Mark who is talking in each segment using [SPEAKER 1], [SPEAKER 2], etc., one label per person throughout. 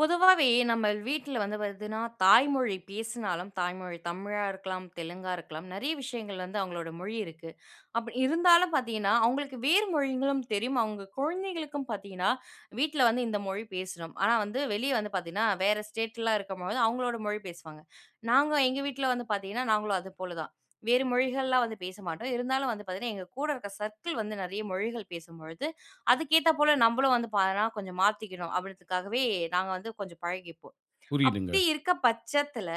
[SPEAKER 1] பொதுவாவே நம்ம வீட்ல வந்து பார்த்தீங்கன்னா, தாய்மொழி பேசினாலும் தாய்மொழி தமிழா இருக்கலாம், தெலுங்கா இருக்கலாம். நெறைய விஷயங்கள் வந்து அவங்களோட மொழி இருக்கு. அப்படி இருந்தாலும் பார்த்தீங்கன்னா, அவங்களுக்கு வேறு மொழிகளும் தெரியும். அவங்க குழந்தைகளுக்கும் பார்த்தீங்கன்னா, வீட்ல வந்து இந்த மொழி பேசுறோம். ஆனா வந்து வெளிய வந்து பார்த்தீங்கன்னா, வேற ஸ்டேட்லாம் இருக்கும்பொழுது அவங்களோட மொழி பேசுவாங்க. நாங்க எங்க வீட்ல வந்து பார்த்தீங்கன்னா, நாங்களும் அது போல தான். வேறு மொழிகள்லாம் வந்து பேச மாட்டோம். இருந்தாலும் வந்து பார்த்தீங்கன்னா, எங்க கூட இருக்க சர்க்கிள் வந்து நெறைய மொழிகள் பேசும்பொழுது அதுக்கேத்தா போல நம்பளும் வந்து பார்த்தன்னா, கொஞ்சம் மாத்திக்கணும். அப்படின்றதுக்காகவே நாங்க வந்து கொஞ்சம் பழகிப்போம்.
[SPEAKER 2] புரியுதுங்க.
[SPEAKER 1] அப்படி இருக்க பட்சத்துல,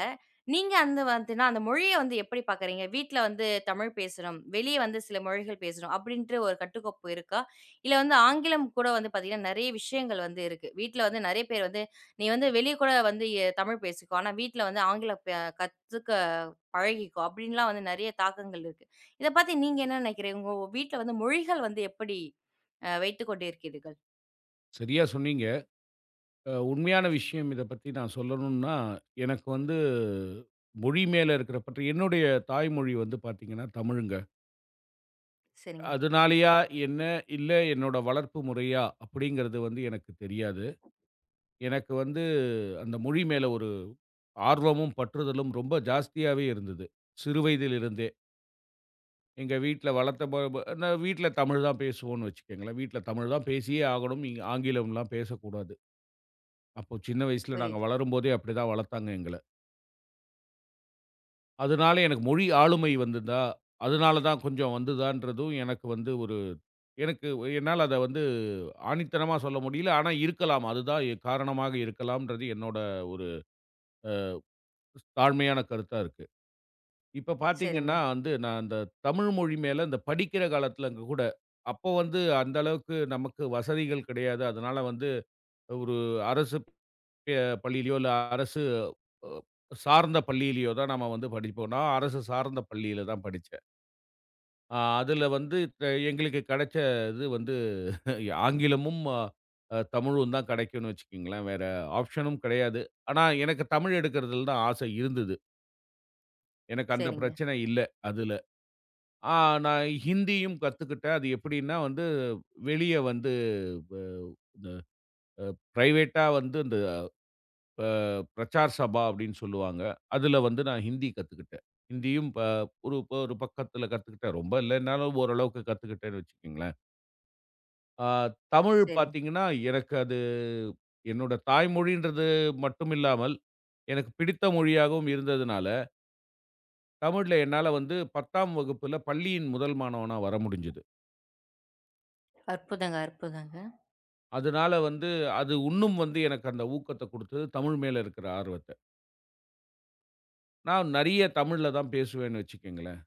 [SPEAKER 1] நீங்க அந்த வந்துனா அந்த மொழிய வந்து எப்படி பார்க்குறீங்க? வீட்ல வந்து தமிழ் பேசுறோம். வெளிய வந்து சில மொழிகள் பேசுறோம். அப்படின்ட்டு ஒரு கட்டுக்கோப்பு இருக்கா? இல்ல வந்து ஆங்கிலம் கூட வந்து பார்த்தீங்கன்னா, நெறைய விஷயங்கள் வந்து இருக்கு. வீட்ல வந்து நெறைய பேர் வந்து, "நீ வந்து வெளிய கூட வந்து தமிழ் பேசிக்கோ. ஆனா வீட்ல வந்து ஆங்கிலம் கத்துக்க பழகிக்கோ." அப்படின்லாம் வந்து நெறைய தாக்கங்கள் இருக்கு. இத பத்தி நீங்க என்ன நினைக்கிறீங்க? உங்க வீட்ல வந்து மொழிகள் வந்து எப்படி வைத்துக் கொண்டிருக்கிறீர்கள்?
[SPEAKER 2] சரியா சொன்னீங்க. உண்மையான விஷயம் இத பத்தி நான் சொல்லணும்னா, எனக்கு வந்து மொழி மேல இருக்கிற பற்று என்னுடைய தாய்மொழி வந்து பார்த்தீங்கன்னா தமிழுங்க.
[SPEAKER 1] சரிங்க.
[SPEAKER 2] அதனாலயா என்ன, இல்ல என்னோட வளர்ப்பு முறையா அப்படிங்கிறது வந்து எனக்கு தெரியாது. எனக்கு வந்து அந்த மொழி மேல ஒரு ஆர்வமும், பற்றுதலும் ரொம்ப ஜாஸ்தியாவே இருந்தது. சிறு வயதிலிருந்தே. எங்க வீட்ல வளர்த்த ப ப நான் வீட்ல தமிழ் தான் பேசுவோம்னு வச்சுக்கங்களேன். வீட்ல தமிழ் தான் பேசியே ஆகணும். இங்க ஆங்கிலம்லாம் பேசக்கூடாது. அப்போ சின்ன வயசுல நாங்க
[SPEAKER 1] புரியுது.
[SPEAKER 2] வளரும்போதே அப்படிதான் வளர்த்தாங்க எங்கள. அதனால எனக்கு மொழி ஆளுமை வந்துதா, அதனால தான் கொஞ்சம் வந்துதான்றதும் எனக்கு வந்து ஒரு எனக்கு என்னால அத வந்து ஆணித்தனமா சொல்ல முடியல. ஆனா இருக்கலாம். அதுதான் காரணமாக இருக்கலாம்ன்றது என்னோட ஒரு தாழ்மையான கருத்தா இருக்கு. இப்ப
[SPEAKER 1] சரிங்க,
[SPEAKER 2] பார்த்தீங்கன்னா வந்து, நான் அந்த தமிழ் மொழி மேல இந்த படிக்கிற காலத்துல அங்க கூட, அப்போ வந்து அந்த அளவுக்கு நமக்கு வசதிகள் கிடையாது. அதனால வந்து ஒரு அரசு எ பள்ளியிலயோ, இல்ல அரசு அ சார்ந்த பள்ளியிலயோ தான் நம்ம வந்து படிப்போம். நான் அரசு சார்ந்த பள்ளியில தான் படிச்சேன். அதுல வந்து த எங்களுக்கு கிடைச்ச இது வந்து ஆங்கிலமும், அ அ, தமிழும் தான் கிடைக்கும்னு வச்சுக்கங்களேன். வேற ஆப்ஷனும் கிடையாது. ஆனா, எனக்கு தமிழ் எடுக்கிறதுல தான் ஆசை இருந்தது. எனக்கு அந்த
[SPEAKER 1] சரிங்க,
[SPEAKER 2] பிரச்சனை இல்ல அதுல. ஆ நான் ஹிந்தியும் கத்துக்கிட்டேன். அது எப்படின்னா வந்து வெளிய வந்து வ இந்த பிரைவேட்டா வந்து பிரச்சார் சபா அப்படின்னு சொல்லுவாங்க. அதுல வந்து நான் ஹிந்தி கத்துக்கிட்டேன். ஹிந்தியும் ப ஒரு ஒரு பக்கத்துல கத்துக்கிட்டேன். ரொம்ப இல்லன்னாலும் ஓரளவுக்கு கத்துக்கிட்டேன்னு வச்சுக்கங்களேன். ஆ தமிழ்
[SPEAKER 1] சரிங்க.
[SPEAKER 2] பார்த்தீங்கன்னா, எனக்கு அது என்னோட தாய்மொழின்றது மட்டும் இல்லாமல், எனக்கு பிடித்த மொழியாகவும் இருந்ததுனால, தமிழ்ல என்னால வந்து 10ஆம் வகுப்புல பள்ளியின் முதல் மாணவனா வர முடிஞ்சது.
[SPEAKER 1] அற்புதங்க, அற்புதங்க.
[SPEAKER 2] அதனால வந்து அது உன்னும் வந்து எனக்கு அந்த ஊக்கத்த குடுத்தது, தமிழ் மேல இருக்கிற ஆர்வத்த. நான் நெறைய தமிழ்ல தான் பேசுவேன்னு வச்சுக்கங்களேன்.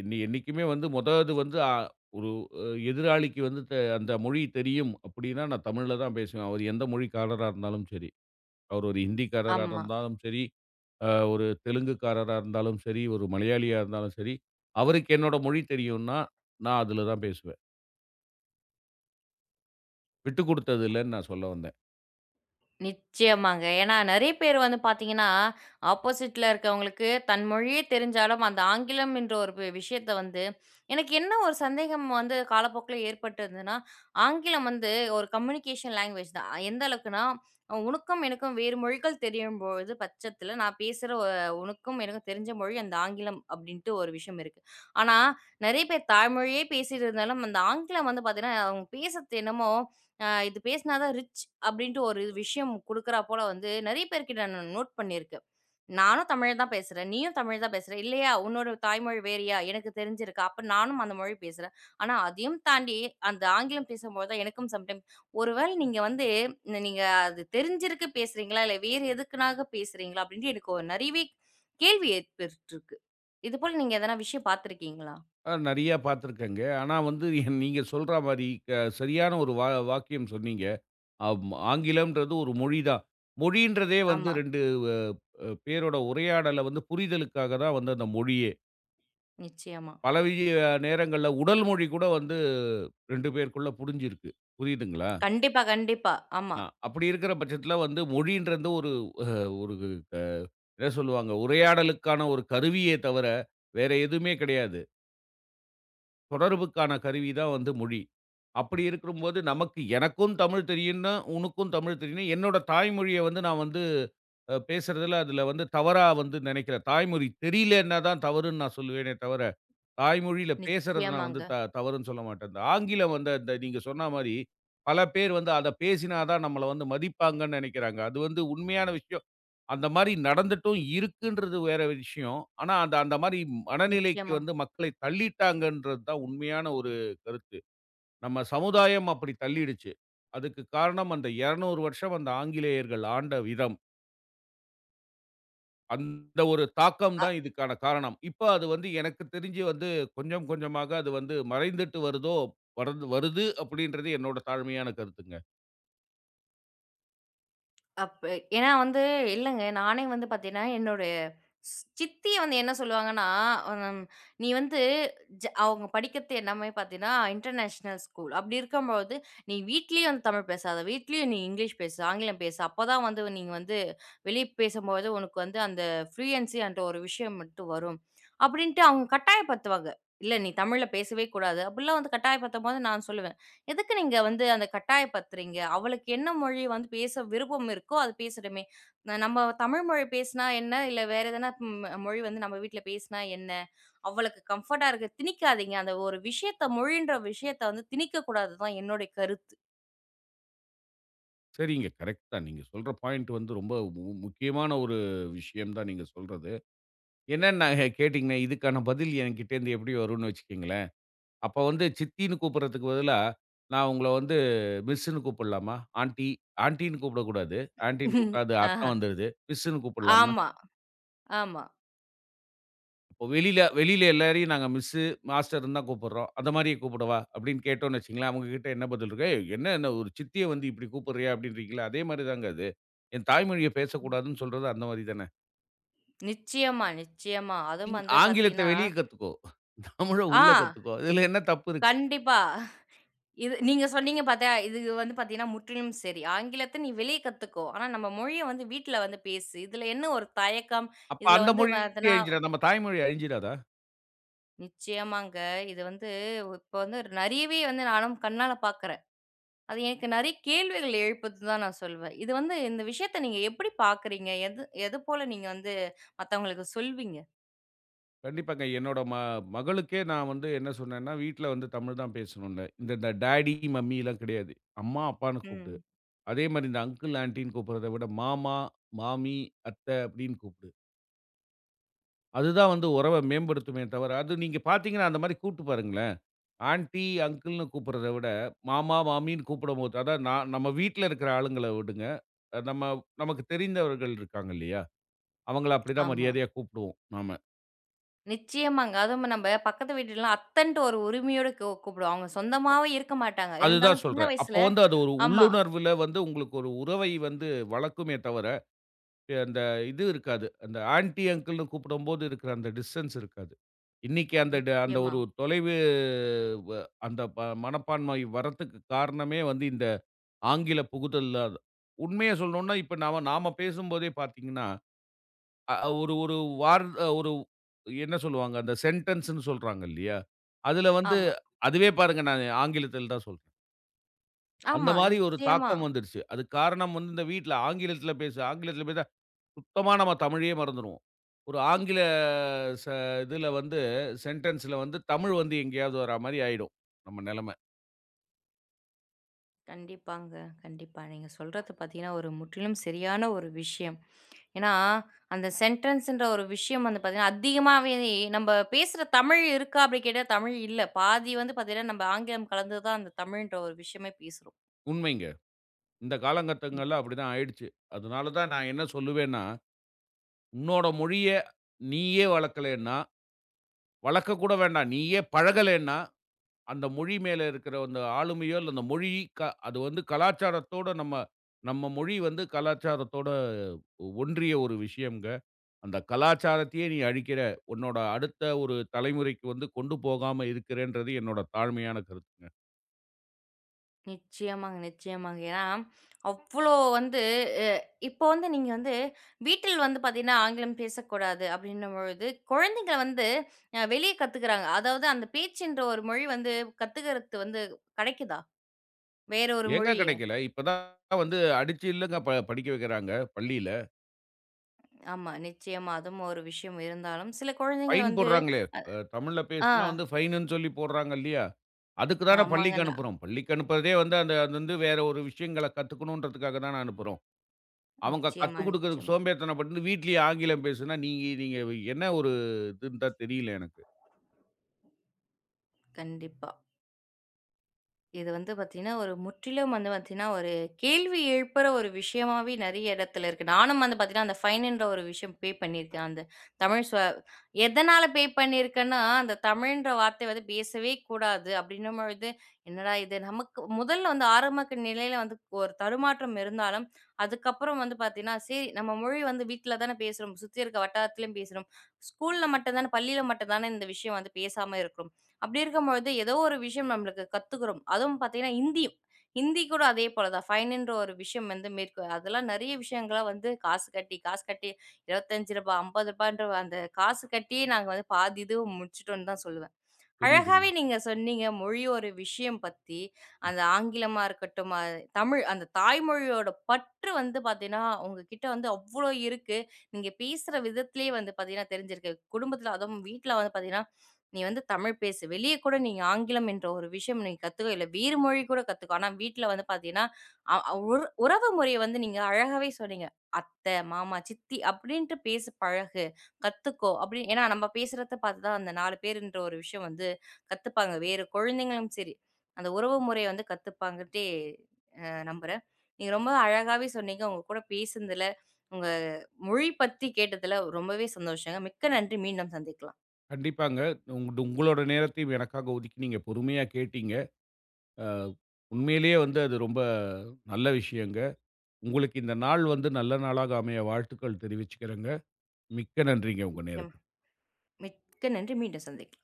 [SPEAKER 2] என்னை என்னைக்குமே வந்து மொத இது வந்து ஒரு அ எதிராளிக்கு வந்து அந்த மொழி தெரியும் அப்படின்னா, நான் தமிழ்ல தான் பேசுவேன். அவரு எந்த மொழிக்காரரா இருந்தாலும் சரி. அவர் ஒரு ஹிந்திக்காரரா
[SPEAKER 1] ஆமா.
[SPEAKER 2] இருந்தாலும் சரி, ஒரு தெலுங்குக்காரரா இருந்தாலும் சரி, ஒரு மலையாளியா இருந்தாலும் சரி, அவருக்கு என்னோட மொழி தெரியும்னா, நான் அதுல தான் பேசுவேன். விட்டு குடுத்தது இல்லன்னு நான் சொல்ல வந்தேன்.
[SPEAKER 1] நிச்சயமாங்க. ஏன்னா நெறைய பேர் வந்து பார்த்தீங்கன்னா, ஆப்போசிட்ல இருக்கவங்களுக்கு தன் மொழியே தெரிஞ்சாலும், அந்த ஆங்கிலம் என்ற ஒரு விஷயத்த வந்து எனக்கு என்ன ஒரு சந்தேகம் வந்து காலப்போக்குல ஏற்பட்டதுன்னா, ஆங்கிலம் வந்து ஒரு கம்யூனிகேஷன் லாங்குவேஜ் தான். எந்த அளவுக்குன்னா, உனக்கும் எனக்கும் வேறு மொழிகள் தெரியும்பொழுது பட்சத்தில, நான் பேசுற உனக்கும் எனக்கும் தெரிஞ்ச மொழி அந்த ஆங்கிலம் அப்படின்ட்டு ஒரு விஷயம் இருக்கு. ஆனா, நெறைய பேர் தாய்மொழியே பேசிட்டு இருந்தாலும், அந்த ஆங்கிலம் வந்து பார்த்தீங்கன்னா, அவங்க பேசுறது என்னமோ இது பேசினா தான் ரிச் அப்படின்ட்டு ஒரு விஷயம் குடுக்குறா போல வந்து நெறைய பேர்கிட்ட நான் நோட் பண்ணியிருக்கேன். நானும் தமிழ் தான் பேசுறேன். நீயும் தமிழ் தான் பேசுற. இல்லையா உன்னோட தாய்மொழி வேறயா? எனக்கு தெரிஞ்சிருக்கு. அப்ப நானும் அந்த மொழி பேசுறேன். ஆனா அதையும் தாண்டி அந்த ஆங்கிலம் பேசும்போது தான் எனக்கும் சம்டைம் ஒருவேளை நீங்க வந்து நீங்க அது தெரிஞ்சிருக்கு பேசுறீங்களா? இல்ல வேறு எதுக்குனாக பேசுறீங்களா? அப்படின்ட்டு எனக்கு ஒரு நெறையவே கேள்வி ஏற்பட்டுருக்கு. இதுபோல நீங்க எதனா விஷயம் பார்த்துருக்கீங்களா?
[SPEAKER 2] நெறையா பார்த்துருக்கேங்க. ஆனா வந்து நீங்க சொல்ற மாரி சரியான ஒரு வாக்கியம் சொன்னீங்க. ஆங்கிலம்ன்றது ஒரு மொழி தான். மொழின்றதே வந்து
[SPEAKER 1] ஆமா.
[SPEAKER 2] 2 பேரோட உரையாடல வந்து புரிதலுக்காக தான் வந்து அந்த மொழியே.
[SPEAKER 1] நிச்சயமா.
[SPEAKER 2] பல நேரங்கள்ல உடல் மொழி கூட வந்து 2 பேருக்குள்ள புரிஞ்சிருக்கு. புரியுதுங்களா?
[SPEAKER 1] கண்டிப்பா, கண்டிப்பா. ஆமா.
[SPEAKER 2] அப்படி இருக்கிற பட்சத்தில வந்து மொழின்றது ஒரு ஒரு அ என்ன சொல்லுவாங்க? உரையாடலுக்கான ஒரு கருவியே தவிர, வேற எதுவுமே கிடையாது. தொடர்புக்கான கருவி தான் வந்து மொழி. அப்படி இருக்கும்போது, நமக்கு எனக்கும் தமிழ் தெரியும்னா, உனக்கும் தமிழ் தெரியும்னா, என்னோட தாய்மொழிய வந்து நான் வந்து பேசுறதுல அதுல வந்து தவறா வந்து நினைக்கிறேன். தாய்மொழி தெரியலன்னா தான் தவறுன்னு நான் சொல்லுவேனே தவிர, தாய்மொழியில பேசுறது நான் வந்து
[SPEAKER 1] நிச்சயமாங்க.
[SPEAKER 2] தவறுன்னு சொல்ல மாட்டேன். இந்த ஆங்கிலம் வந்து அந்த நீங்க சொன்ன மாரி, பல பேர் வந்து அத பேசினா தான் நம்மள வந்து மதிப்பாங்கன்னு நினைக்கிறாங்க. அது வந்து உண்மையான விஷயம். அந்த மாரி நடந்துட்டும் இருக்குன்றது வேற விஷயம். ஆனா, அந்த அந்த மாரி மனநிலைக்கு
[SPEAKER 1] நிச்சயமா.
[SPEAKER 2] வந்து மக்களை தள்ளிட்டாங்கன்றது தான் உண்மையான ஒரு கருத்து. நம்ம சமுதாயம் அப்படி தள்ளிடுச்சு. அதுக்கு காரணம் அந்த 200 வருஷம் அந்த ஆங்கிலேயர்கள் ஆண்ட விதம். அந்த ஒரு தாக்கம்
[SPEAKER 1] அ
[SPEAKER 2] தான் இதுக்கான காரணம். இப்ப அது வந்து எனக்கு தெரிஞ்சு வந்து கொஞ்சம் கொஞ்சமாக அது வந்து மறைந்துட்டு வருதோ வரது வருது அப்படின்றது என்னோட தாழ்மையான கருத்துங்க.
[SPEAKER 1] அப்ப ஏன்னா வந்து இல்லங்க. நானே வந்து பார்த்தீங்கன்னா, என்னுடைய சித்தி வந்து என்ன சொல்லுவாங்கன்னா, ம் "நீ வந்து அவங்க படிக்கிறது எல்லாமே பார்த்தீங்கன்னா, இன்டர்நேஷனல் ஸ்கூல். அப்படி இருக்கும்போது, நீ வீட்லயும் வந்து தமிழ் பேசாத. வீட்லயும் நீ இங்கிலீஷ் பேசு, ஆங்கிலம் பேசு. அப்பதான் வந்து நீங்க வந்து வெளிய பேசும்போது உனக்கு வந்து அந்த ஃப்ளூயன்ஸின்ற ஒரு விஷயம் மட்டும் வரும்." அப்படின்ட்டு அவங்க கட்டாயப்படுத்துவாங்க. "இல்ல நீ தமிழ்ல பேசவே கூடாது." அப்படிலாம் வந்து கட்டாயப்படுத்தும்போது நான் சொல்லுவேன். எதுக்கு நீங்க வந்து அந்த கட்டாயப்படுத்துறீங்க? அவளுக்கு என்ன மொழி வந்து பேச விருப்பம் இருக்கோ, அது பேசட்டுமே. நம்ம தமிழ் மொழி பேசினா என்ன? இல்ல வேற எதனா மொழி வந்து நம்ம வீட்ல பேசினா என்ன? அவளுக்கு கம்ஃபர்ட்டா இருக்க திணிக்காதீங்க. அந்த ஒரு விஷயத்த மொழின்ற விஷயத்த வந்து திணிக்கக்கூடாது தான் என்னுடைய கருத்து.
[SPEAKER 2] சரிங்க. கரெக்ட் தான். நீங்க சொல்ற பாயிண்ட் வந்து ரொம்ப முக்கியமான ஒரு விஷயம் தான் நீங்க சொல்றது. என்னன்னு கேட்டீங்கன்னா, இதுக்கான பதில் என்கிட்டேருந்து எப்படி வரும்ன்னு வச்சுக்கங்களேன். அப்ப வந்து சித்தின்னு கூப்பிடுறதுக்கு பதிலா, நான் உங்கள வந்து மிஸ்ன்னு கூப்பிடலாமா? ஆன்ட்டி ஆன்ட்டின்னு கூப்பிடக்கூடாது. ஆன்ட்டின்னு கூப்பிட்டா அது
[SPEAKER 1] ஆஹ.
[SPEAKER 2] அர்த்தம் வந்துருது. மிஸ்ன்னு கூப்பிடலாமா?
[SPEAKER 1] ஆமா, ஆமா.
[SPEAKER 2] இப்போ வெளியில வெளியில எல்லாரையும் நாங்க மிஸ்ஸு, மாஸ்டர்ன்னு தான் கூப்பிடுறோம். அந்த மாரியே கூப்பிடவா? அப்படின்னு கேட்டோம்ன்னு வச்சுக்கங்களேன், அவங்க கிட்ட என்ன பதில் இருக்கும்? ஏய், என்ன என்ன ஒரு சித்திய வந்து இப்படி கூப்பிடுறியா? அப்படின்றீங்களா? அதே மாரி தாங்க அது. என் தாய்மொழிய பேசக்கூடாதுன்னு சொல்றது அந்த மாரி தானே.
[SPEAKER 1] நிச்சயமா, நிச்சயமா. அதுவும் வந்து
[SPEAKER 2] ஆங்கிலத்த
[SPEAKER 1] பார்த்தீங்கன்னா
[SPEAKER 2] வெளிய கத்துக்கோ. தமிழ
[SPEAKER 1] ஆ
[SPEAKER 2] உள்ள கத்துக்கோ. இதுல என்ன தப்பு இருக்கு?
[SPEAKER 1] கண்டிப்பா. இது நீங்க சொன்னீங்க பாத்தியா, இது வந்து பாத்தீங்கன்னா, முற்றிலும் சரி. ஆங்கிலத்த நீ வெளிய கத்துக்கோ. ஆனா நம்ம மொழிய வந்து வீட்ல வந்து பேசு. இதுல என்ன ஒரு தயக்கம்?
[SPEAKER 2] அப்ப
[SPEAKER 1] இதுல
[SPEAKER 2] அந்த
[SPEAKER 1] வந்து
[SPEAKER 2] மொழி
[SPEAKER 1] பாத்தன்னா
[SPEAKER 2] அழிஞ்சிடாது. நம்ம தாய்மொழி அழிஞ்சிடாதா?
[SPEAKER 1] நிச்சயமாங்க. இது வந்து இப்ப வந்து நெறையவே வந்து நானும் கண்ணால பாக்குறேன். அது எனக்கு நெறைய கேள்விகள் எழுப்புது தான் நான் சொல்வேன். இது வந்து இந்த விஷயத்த நீங்க எப்படி பாக்குறீங்க? எது எது போல நீங்க வந்து மத்தவங்களுக்கு சொல்வீங்க?
[SPEAKER 2] கண்டிப்பாங்க. என்னோட மகளுக்கே நான் வந்து என்ன சொன்னேன்னா, வீட்ல வந்து தமிழ் தான் பேசணும்னேன். இந்த இந்த டாடி, மம்மிலாம் கிடையாது. அம்மா, அப்பான்னு கூப்பிடு.
[SPEAKER 1] ம்.
[SPEAKER 2] அதே மாரி இந்த அங்கிள், ஆன்டின்னு கூப்பிடுறத விட மாமா, மாமி, அத்த அப்படின்னு கூப்பிடு. அதுதான் வந்து உறவ மேம்படுத்துமே தவிர, அது நீங்க பார்த்தீங்கன்னா அந்த மாரி கூப்பிட்டு பாருங்களேன். ஆன்டி, அங்கிள்ன்னு கூப்பிடுறத விட, மாமா, மாமின்னு கூப்பிடும்போது அதான் நான் நம்ம வீட்ல இருக்கிற ஆளுங்கள விடுங்க. நம்ம நமக்கு தெரிந்தவர்கள் இருக்காங்க இல்லையா? அவங்கள அப்படிதான்
[SPEAKER 1] ஆமா.
[SPEAKER 2] மரியாதையா கூப்பிடுவோம் நாம.
[SPEAKER 1] நிச்சயமாங்க. அதுவும் நம்ம பக்கத்து வீட்லலாம் அத்தன்ட்டு ஒரு உரிமையோட கூப்பிடுவோம். அவங்க சொந்தமாவே இருக்க மாட்டாங்க.
[SPEAKER 2] அதுதான்
[SPEAKER 1] இருந்தாலும் சின்ன
[SPEAKER 2] சொல்றேன். அப்போ
[SPEAKER 1] வயசுல
[SPEAKER 2] வந்து அது ஒரு
[SPEAKER 1] ஆமா.
[SPEAKER 2] உள்ளுணர்வுல வந்து உங்களுக்கு ஒரு உறவை வந்து வளர்க்குமே தவிர, அந்த இது இருக்காது. அந்த ஆன்டி, அங்கிள்ன்னு கூப்பிடும்போது இருக்கிற அந்த டிஸ்டன்ஸ் இருக்காது. இன்னைக்கு அந்த அந்த
[SPEAKER 1] நிச்சயமா.
[SPEAKER 2] ஒரு தொலைவு வ அந்த மனப்பான்மை வரத்துக்கு காரணமே வந்து இந்த ஆங்கில புகுதல் தான். உண்மைய சொல்லணும்னா, இப்ப நாம நாம பேசும்போதே பார்த்தீங்கன்னா, அ அ, ஒரு ஒரு ஒரு என்ன சொல்லுவாங்க? அந்த சென்டென்ஸ்ன்னு சொல்றாங்க இல்லையா? அதுல வந்து
[SPEAKER 1] ஆமா.
[SPEAKER 2] அதுவே பாருங்க நான் ஆங்கிலத்தில் தான் சொல்றேன். அந்த
[SPEAKER 1] ஆமா.
[SPEAKER 2] மாரி ஒரு
[SPEAKER 1] நிச்சயமா.
[SPEAKER 2] தாக்கம் வந்துருச்சு. அதுக்கு காரணம் வந்து இந்த வீட்ல ஆங்கிலத்தில பேச சுத்தமா நம்ம தமிழயே மறந்துருவோம். ஒரு ஆங்கில ச இதுல வந்து சென்டென்ஸ்ல வந்து தமிழ் வந்து எங்கேயாவது வரா மாரி ஆயிடும் நம்ம நெலம.
[SPEAKER 1] கண்டிப்பாங்க. கண்டிப்பா. நீங்க சொல்றது பார்த்தீங்கன்னா, ஒரு முற்றிலும் சரியான ஒரு விஷயம். ஏன்னா, அந்த சென்டென்ஸ்ன்ற ஒரு விஷயம் வந்து பார்த்தீங்கன்னா, அதிகமாவே நம்ப பேசுற தமிழ் இருக்கா? அப்படி கேட்டா தமிழ் இல்ல. பாதி வந்து பார்த்தீங்கன்னா, நம்ம ஆங்கிலம் கலந்து தான் அந்த தமிழ்ன்ற ஒரு விஷயமே பேசுறோம்.
[SPEAKER 2] உண்மைங்க. இந்த காலங்கட்டங்கள்ல அப்படிதான் ஆயிடுச்சு. அதனால தான் நான் என்ன சொல்லுவேன்னா, உன்னோட மொழிய நீயே வளர்க்கலேன்னா, வளர்க்க கூட வேண்டாம். நீயே பழகலேன்னா அந்த மொழி மேல இருக்கிற அந்த ஆளுமையோ, இல்ல அந்த மொழி க அது வந்து கலாச்சாரத்தோட நம்ம நம்ம மொழி வந்து கலாச்சாரத்தோட ஒன்றிய ஒரு விஷயம்ங்க. அந்த கலாச்சாரத்தையே நீ அழிக்கிற, உன்னோட அடுத்த ஒரு தலைமுறைக்கு வந்து கொண்டு போகாம இருக்கிறேன்றது என்னோட தாழ்மையான கருத்துங்க.
[SPEAKER 1] நிச்சயமாங்க, நிச்சயமாங்க. ஏன்னா, அவ்ளோ வந்து அ இப்போ வந்து நீங்க வந்து வீட்டில் வந்து பார்த்தீங்கன்னா, ஆங்கிலம் பேசக்கூடாது அப்படின்னும்பொழுது, குழந்தைங்க வந்து வெளிய கத்துக்கிறாங்க. அதாவது அந்த பேச்சுன்ற ஒரு மொழி வந்து கத்துக்கிறது வந்து கெடைக்குதா? வேற ஒரு
[SPEAKER 2] ஏங்க
[SPEAKER 1] மொழியே?
[SPEAKER 2] கிடைக்கல? இப்ப தான் வந்து அடிச்சு இல்லங்க படிக்க வைக்கிறாங்க பள்ளியில.
[SPEAKER 1] ஆமா, நிச்சயமா. அதுவும் ஒரு விஷயம் இருந்தாலும், சில குழந்தைங்கள
[SPEAKER 2] ஃபைன்
[SPEAKER 1] வந்து
[SPEAKER 2] போடுறாங்களே, தமிழ்ல
[SPEAKER 1] ஆ
[SPEAKER 2] பேசினா வந்து ஃபைனுன்னு சொல்லி போடுறாங்க இல்லையா? அதுக்கு தான
[SPEAKER 1] ஆமாங்க.
[SPEAKER 2] பள்ளிக்கு
[SPEAKER 1] நான்
[SPEAKER 2] அனுப்புறோம். பள்ளிக்கு அனுப்புறதே வந்து அந்த அது வந்து வேற ஒரு விஷயங்கள கத்துக்கணுன்றதுக்காக தான அனுப்புறோம். அவங்க
[SPEAKER 1] நிச்சயமா,
[SPEAKER 2] கத்துக் குடுக்கறதுக்கு
[SPEAKER 1] நிச்சயமா.
[SPEAKER 2] சோம்பேறித்தனப்பட்டு வீட்லயே ஆங்கிலம் பேசுனா, நீங்க நீங்க என்ன ஒரு இதுன்னு தான் தெரியல எனக்கு.
[SPEAKER 1] கண்டிப்பா. இது வந்து பார்த்தீங்கன்னா, ஒரு முற்றிலும் வந்து பார்த்தீங்கன்னா, ஒரு கேள்வி எழுப்புற ஒரு விஷயமாவே நெறைய இடத்துல இருக்கு. நானும் வந்து பார்த்தீங்கன்னா, அந்த ஃபைன்ன்ற ஒரு விஷயம் பண்ணியிருக்கேன். அந்த தமிழ் சொ எதனால பண்ணியிருக்கேன்னா, அந்த தமிழ்ன்ற வார்த்தை வந்து பேசவே கூடாது அப்படின்னும் பொழுது, என்னடா இது நமக்கு முதல்ல வந்து ஆரம்பக்க நிலையில வந்து ஒரு தடுமாற்றம் இருந்தாலும், அதுக்கப்புறம் வந்து பார்த்தீங்கன்னா, சரி நம்ம மொழி வந்து வீட்ல தானே பேசுறோம், சுத்தி இருக்க வட்டாரத்திலயும் பேசுறோம். ஸ்கூல்ல மட்டும் தானே, பள்ளியில மட்டும் தானே இந்த விஷயம் வந்து பேசாம இருக்கிறோம். அப்படி இருக்கும்பொழுது, ஏதோ ஒரு விஷயம் நம்மளுக்கு கத்துக்கிறோம். அதுவும் பார்த்தீங்கன்னா, ஹிந்தியும். ஹிந்தி கூட அதே போல தான். ஃபைன்ன்ற ஒரு விஷயம் வந்து மேற்கொள் அதெல்லாம் நெறைய விஷயங்கள வந்து காசு கட்டி, காசு கட்டி ரூ. 25, ரூ. 50ன்ற அந்த காசு கட்டியே நாங்க வந்து பாதி இது முடிச்சுட்டோம்ன்னு தான் சொல்லுவேன்.
[SPEAKER 2] புரியுதுங்க.
[SPEAKER 1] அழகாவே நீங்க சொன்னீங்க. மொழி ஒரு விஷயம் பத்தி, அந்த ஆங்கிலமா இருக்கட்டும், தமிழ் அந்த தாய்மொழியோட பற்று வந்து பார்த்தீங்கன்னா, உங்ககிட்ட வந்து அவ்ளோ இருக்கு. நீங்க பேசுற விதத்திலேயே வந்து பார்த்தீங்கன்னா தெரிஞ்சிருக்கு. குடும்பத்தில அதுவும் வீட்ல வந்து பார்த்தீங்கன்னா, "நீ வந்து தமிழ் பேசு. வெளிய கூட நீ ஆங்கிலம் என்ற ஒரு விஷயம் நீ கத்துக்க. இல்ல வேறு மொழி கூட கத்துக்கோ." ஆனா வீட்ல வந்து பார்த்தீங்கன்னா, அ அ- உற உறவு முறைய வந்து நீங்க அழகாவே சொன்னீங்க. "அத்தை, மாமா, சித்தி அப்படின்ட்டு பேசி பழகு. கத்துக்கோ." அப்படின்னு ஏன்னா நம்ம பேசுறத பார்த்து தான் அந்த 4 பேருன்ற ஒரு விஷயம் வந்து கத்துப்பாங்க. வேற குழந்தைங்களும் சரி, அந்த உறவு முறைய வந்து கத்துப்பாங்கன்ட்டே நம்புறேன். நீங்க ரொம்ப அழகாவே சொன்னீங்க. உங்க கூட பேசுனதுல, உங்க மொழி பத்தி கேட்டதுல ரொம்பவே சந்தோஷங்க. மிக்க நன்றி. மீண்டும் சந்திக்கலாம்.
[SPEAKER 2] கண்டிப்பாங்க. உங்களோட நேரத்தையும் எனக்காக ஒதுக்கி நீங்க பொறுமையா கேட்டீங்க. அ உண்மையிலேயே வந்து அது ரொம்ப நல்ல விஷயங்க. உங்களுக்கு இந்த நாள் வந்து நல்ல நாளாக அமைய வாழ்த்துக்கள் தெரிவிச்சுக்கிறேங்க. மிக்க நன்றிங்க உங்க
[SPEAKER 1] நிச்சயமா.
[SPEAKER 2] நேரத்துக்கு.
[SPEAKER 1] மிக்க நன்றி. மீண்டும் சந்திக்கலாம்.